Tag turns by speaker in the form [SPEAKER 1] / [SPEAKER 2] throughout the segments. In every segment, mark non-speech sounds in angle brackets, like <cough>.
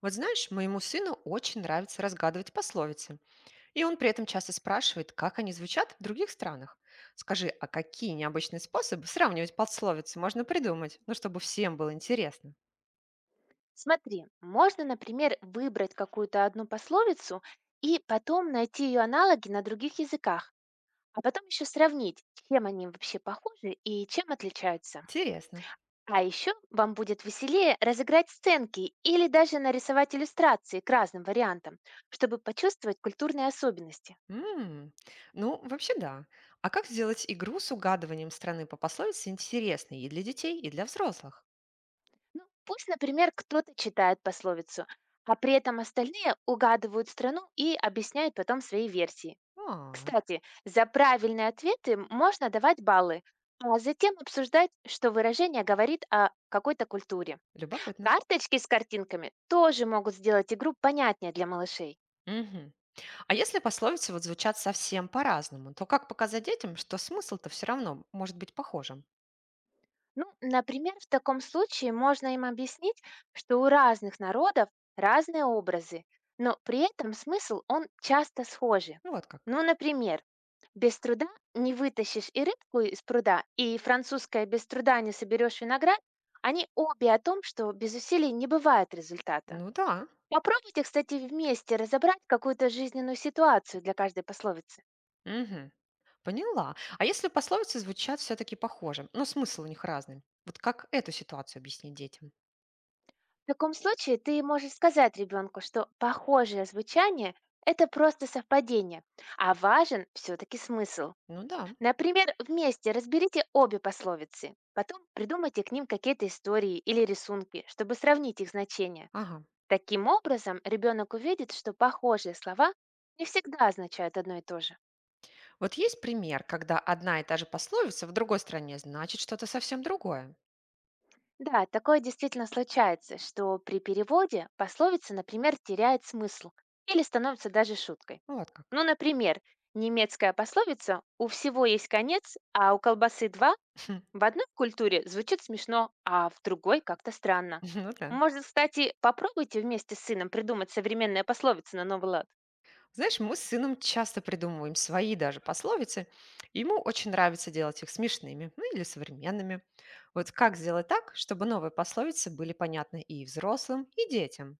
[SPEAKER 1] Вот знаешь, моему сыну очень нравится разгадывать пословицы, и он при этом часто спрашивает, как они звучат в других странах. Скажи, а какие необычные способы сравнивать пословицы можно придумать, ну, чтобы всем было интересно?
[SPEAKER 2] Смотри, можно, например, выбрать какую-то одну пословицу и потом найти ее аналоги на других языках, а потом еще сравнить, чем они вообще похожи и чем отличаются.
[SPEAKER 1] Интересно.
[SPEAKER 2] А еще вам будет веселее разыграть сценки или даже нарисовать иллюстрации к разным вариантам, чтобы почувствовать культурные особенности.
[SPEAKER 1] М. Ну, вообще да. А как сделать игру с угадыванием страны по пословице интересной и для детей, и для взрослых?
[SPEAKER 2] Ну, пусть, например, кто-то читает пословицу, а при этом остальные угадывают страну и объясняют потом свои версии.
[SPEAKER 1] А,
[SPEAKER 2] Кстати, за правильные ответы можно давать баллы, а затем обсуждать, что выражение говорит о какой-то культуре.
[SPEAKER 1] любопытно.
[SPEAKER 2] Карточки с картинками тоже могут сделать игру понятнее для малышей.
[SPEAKER 1] Мгм. А если пословицы вот звучат совсем по-разному, то как показать детям, что смысл-то все равно может быть похожим?
[SPEAKER 2] Ну, например, в таком случае можно им объяснить, что у разных народов разные образы, но при этом смысл он часто схожий.
[SPEAKER 1] Ну, вот как.
[SPEAKER 2] Ну, например, без труда не вытащишь и рыбку из пруда, и французское без труда не соберешь виноград, они обе о том, что без усилий не бывает результата.
[SPEAKER 1] Ну да.
[SPEAKER 2] Попробуйте, кстати, вместе разобрать какую-то жизненную ситуацию для каждой пословицы.
[SPEAKER 1] Мгм. Поняла. А если пословицы звучат все-таки похоже, но смысл у них разный? Вот как эту ситуацию объяснить детям?
[SPEAKER 2] В таком случае ты можешь сказать ребенку, что похожее звучание– это просто совпадение, а важен все-таки смысл.
[SPEAKER 1] Ну да.
[SPEAKER 2] Например, вместе разберите обе пословицы, потом придумайте к ним какие-то истории или рисунки, чтобы сравнить их значение.
[SPEAKER 1] Ага.
[SPEAKER 2] Таким образом, ребенок увидит, что похожие слова не всегда означают одно и то же.
[SPEAKER 1] Вот есть пример, когда одна и та же пословица в другой стране значит что-то совсем другое.
[SPEAKER 2] Да, такое действительно случается, что при переводе пословица, например, теряет смысл или становится даже шуткой.
[SPEAKER 1] Вот как.
[SPEAKER 2] Ну, например, немецкая пословица «у всего есть конец, а у колбасы два» в
[SPEAKER 1] <laughs>
[SPEAKER 2] одной культуре звучит смешно, а в другой как-то странно.
[SPEAKER 1] Ну да.
[SPEAKER 2] Может, кстати, попробуйте вместе с сыном придумать современные пословицы на новый лад.
[SPEAKER 1] Знаешь, мы с сыном часто придумываем свои даже пословицы. И ему очень нравится делать их смешными, ну или современными. Вот как сделать так, чтобы новые пословицы были понятны и взрослым, и детям?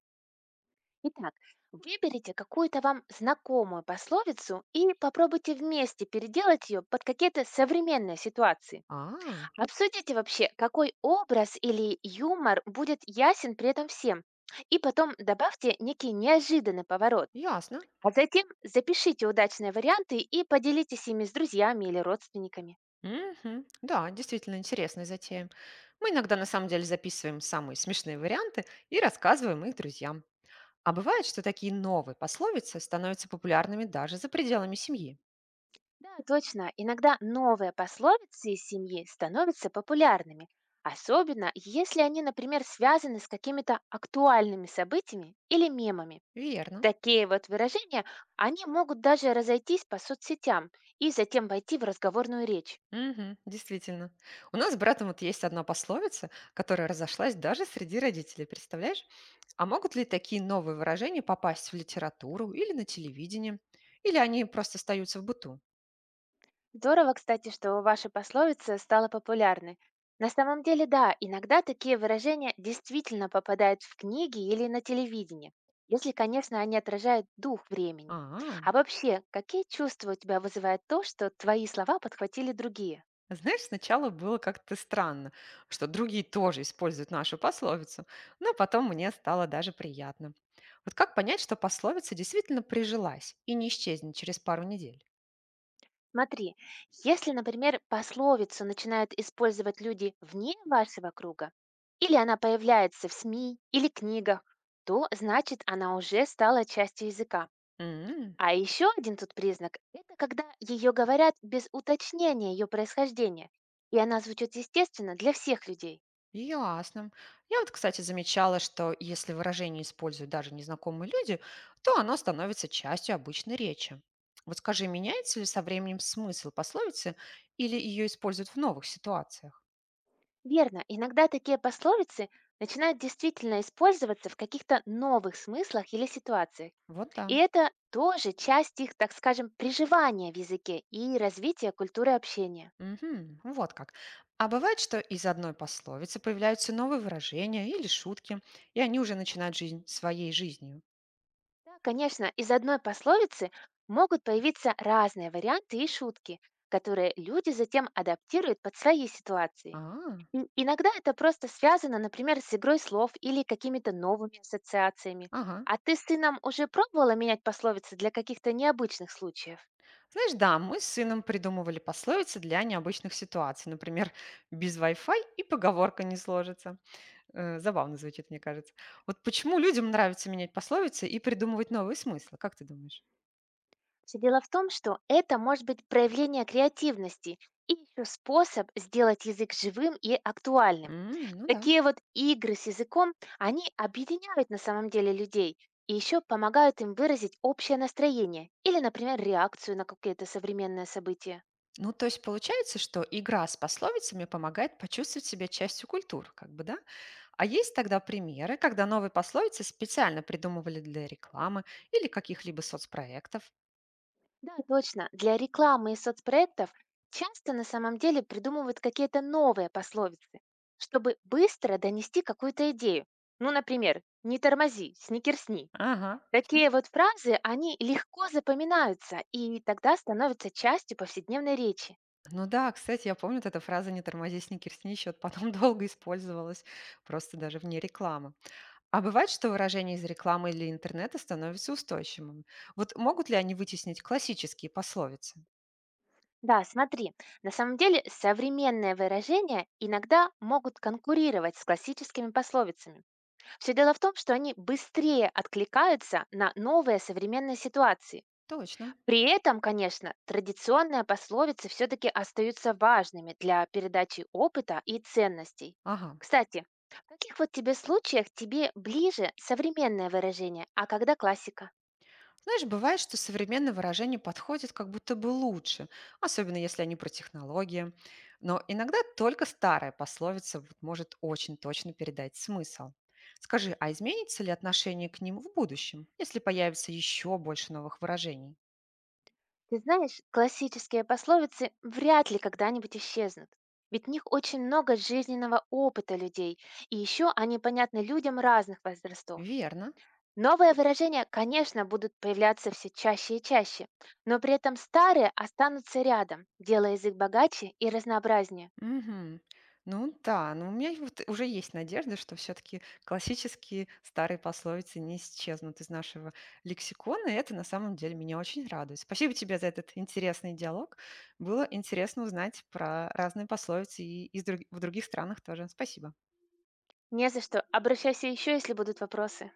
[SPEAKER 2] Итак, выберите какую-то вам знакомую пословицу и попробуйте вместе переделать ее под какие-то современные ситуации.
[SPEAKER 1] А,
[SPEAKER 2] Обсудите вообще, какой образ или юмор будет ясен при этом всем. И потом добавьте некий неожиданный поворот.
[SPEAKER 1] ясно.
[SPEAKER 2] А затем запишите удачные варианты и поделитесь ими с друзьями или родственниками.
[SPEAKER 1] Мгм. Да, действительно интересная затея. Мы иногда на самом деле записываем самые смешные варианты и рассказываем их друзьям. А бывает, что такие новые пословицы становятся популярными даже за пределами семьи.
[SPEAKER 2] Да, точно. Иногда новые пословицы из семьи становятся популярными. Особенно, если они, например, связаны с какими-то актуальными событиями или мемами.
[SPEAKER 1] Верно.
[SPEAKER 2] Такие вот выражения, они могут даже разойтись по соцсетям и затем войти в разговорную речь.
[SPEAKER 1] Мгм. Действительно. У нас с братом вот есть одна пословица, которая разошлась даже среди родителей, представляешь? А могут ли такие новые выражения попасть в литературу или на телевидение? Или они просто остаются в быту?
[SPEAKER 2] Здорово, кстати, что ваша пословица стала популярной. На самом деле, да, иногда такие выражения действительно попадают в книги или на телевидение, если, конечно, они отражают дух времени.
[SPEAKER 1] А.
[SPEAKER 2] А вообще, какие чувства у тебя вызывает то, что твои слова подхватили другие?
[SPEAKER 1] Знаешь, сначала было как-то странно, что другие тоже используют нашу пословицу, но потом мне стало даже приятно. Вот как понять, что пословица действительно прижилась и не исчезнет через пару недель?
[SPEAKER 2] Смотри, если, например, пословицу начинают использовать люди вне вашего круга, или она появляется в СМИ или книгах, то значит она уже стала частью языка.
[SPEAKER 1] М.
[SPEAKER 2] А еще один тут признак– это когда ее говорят без уточнения ее происхождения, и она звучит естественно для всех людей.
[SPEAKER 1] Ясно. Я вот, кстати, замечала, что если выражение используют даже незнакомые люди, то оно становится частью обычной речи. Вот скажи, меняется ли со временем смысл пословицы или ее используют в новых ситуациях?
[SPEAKER 2] Верно, иногда такие пословицы начинают действительно использоваться в каких-то новых смыслах или ситуациях.
[SPEAKER 1] Вот
[SPEAKER 2] И
[SPEAKER 1] да.
[SPEAKER 2] это тоже часть их, так скажем, приживания в языке и развития культуры общения.
[SPEAKER 1] Мгм. Вот как. А бывает, что из одной пословицы появляются новые выражения или шутки, и они уже начинают жизнь своей жизнью.
[SPEAKER 2] Да, конечно, из одной пословицы могут появиться разные варианты и шутки, которые люди затем адаптируют под свои ситуации.
[SPEAKER 1] А,
[SPEAKER 2] И иногда это просто связано, например, с игрой слов или какими-то новыми ассоциациями.
[SPEAKER 1] ага.
[SPEAKER 2] А ты с сыном уже пробовала менять пословицы для каких-то необычных случаев?
[SPEAKER 1] Знаешь, да, мы с сыном придумывали пословицы для необычных ситуаций. Например, без Wi-Fi и поговорка не сложится. Забавно звучит, мне кажется. Вот почему людям нравится менять пословицы и придумывать новые смыслы? Как ты думаешь?
[SPEAKER 2] Все дело в том, что это может быть проявление креативности и еще способ сделать язык живым и актуальным.
[SPEAKER 1] Ну да.
[SPEAKER 2] Такие вот игры с языком, они объединяют на самом деле людей и еще помогают им выразить общее настроение или, например, реакцию на какие-то современные события.
[SPEAKER 1] Ну, то есть получается, что игра с пословицами помогает почувствовать себя частью культур, как бы, да? А есть тогда примеры, когда новые пословицы специально придумывали для рекламы или каких-либо соцпроектов?
[SPEAKER 2] Да, точно. Для рекламы и соцпроектов часто на самом деле придумывают какие-то новые пословицы, чтобы быстро донести какую-то идею. Ну, например, «не тормози», «сникерсни».
[SPEAKER 1] Ага,
[SPEAKER 2] Такие вот фразы, они легко запоминаются и тогда становятся частью повседневной речи.
[SPEAKER 1] ну да, кстати, я помню, вот эта фраза «не тормози не кирсни» потом <laughs> долго использовалась, просто даже вне рекламы. А бывает, что выражения из рекламы или интернета становятся устойчивыми. Вот могут ли они вытеснить классические пословицы?
[SPEAKER 2] Да, смотри, на самом деле современные выражения иногда могут конкурировать с классическими пословицами. Все дело в том, что они быстрее откликаются на новые современные ситуации.
[SPEAKER 1] Точно.
[SPEAKER 2] При этом, конечно, традиционные пословицы все-таки остаются важными для передачи опыта и ценностей.
[SPEAKER 1] Ага.
[SPEAKER 2] Кстати, в каких вот тебе случаях тебе ближе современное выражение, а когда классика?
[SPEAKER 1] Знаешь, бывает, что современные выражения подходят как будто бы лучше, особенно если они про технологии. Но иногда только старая пословица вот может очень точно передать смысл. Скажи, а изменится ли отношение к ним в будущем, если появится еще больше новых выражений?
[SPEAKER 2] Ты знаешь, классические пословицы вряд ли когда-нибудь исчезнут. Ведь в них очень много жизненного опыта людей, и еще они понятны людям разных возрастов.
[SPEAKER 1] Верно.
[SPEAKER 2] Новые выражения, конечно, будут появляться все чаще и чаще, но при этом старые останутся рядом, делая язык богаче и разнообразнее.
[SPEAKER 1] Мгм. Ну да, но у меня и вот уже есть надежда, что все-таки классические старые пословицы не исчезнут из нашего лексикона, и это на самом деле меня очень радует. Спасибо тебе за этот интересный диалог. Было интересно узнать про разные пословицы и в других странах тоже. Спасибо.
[SPEAKER 2] Не за что. Обращайся еще, если будут вопросы.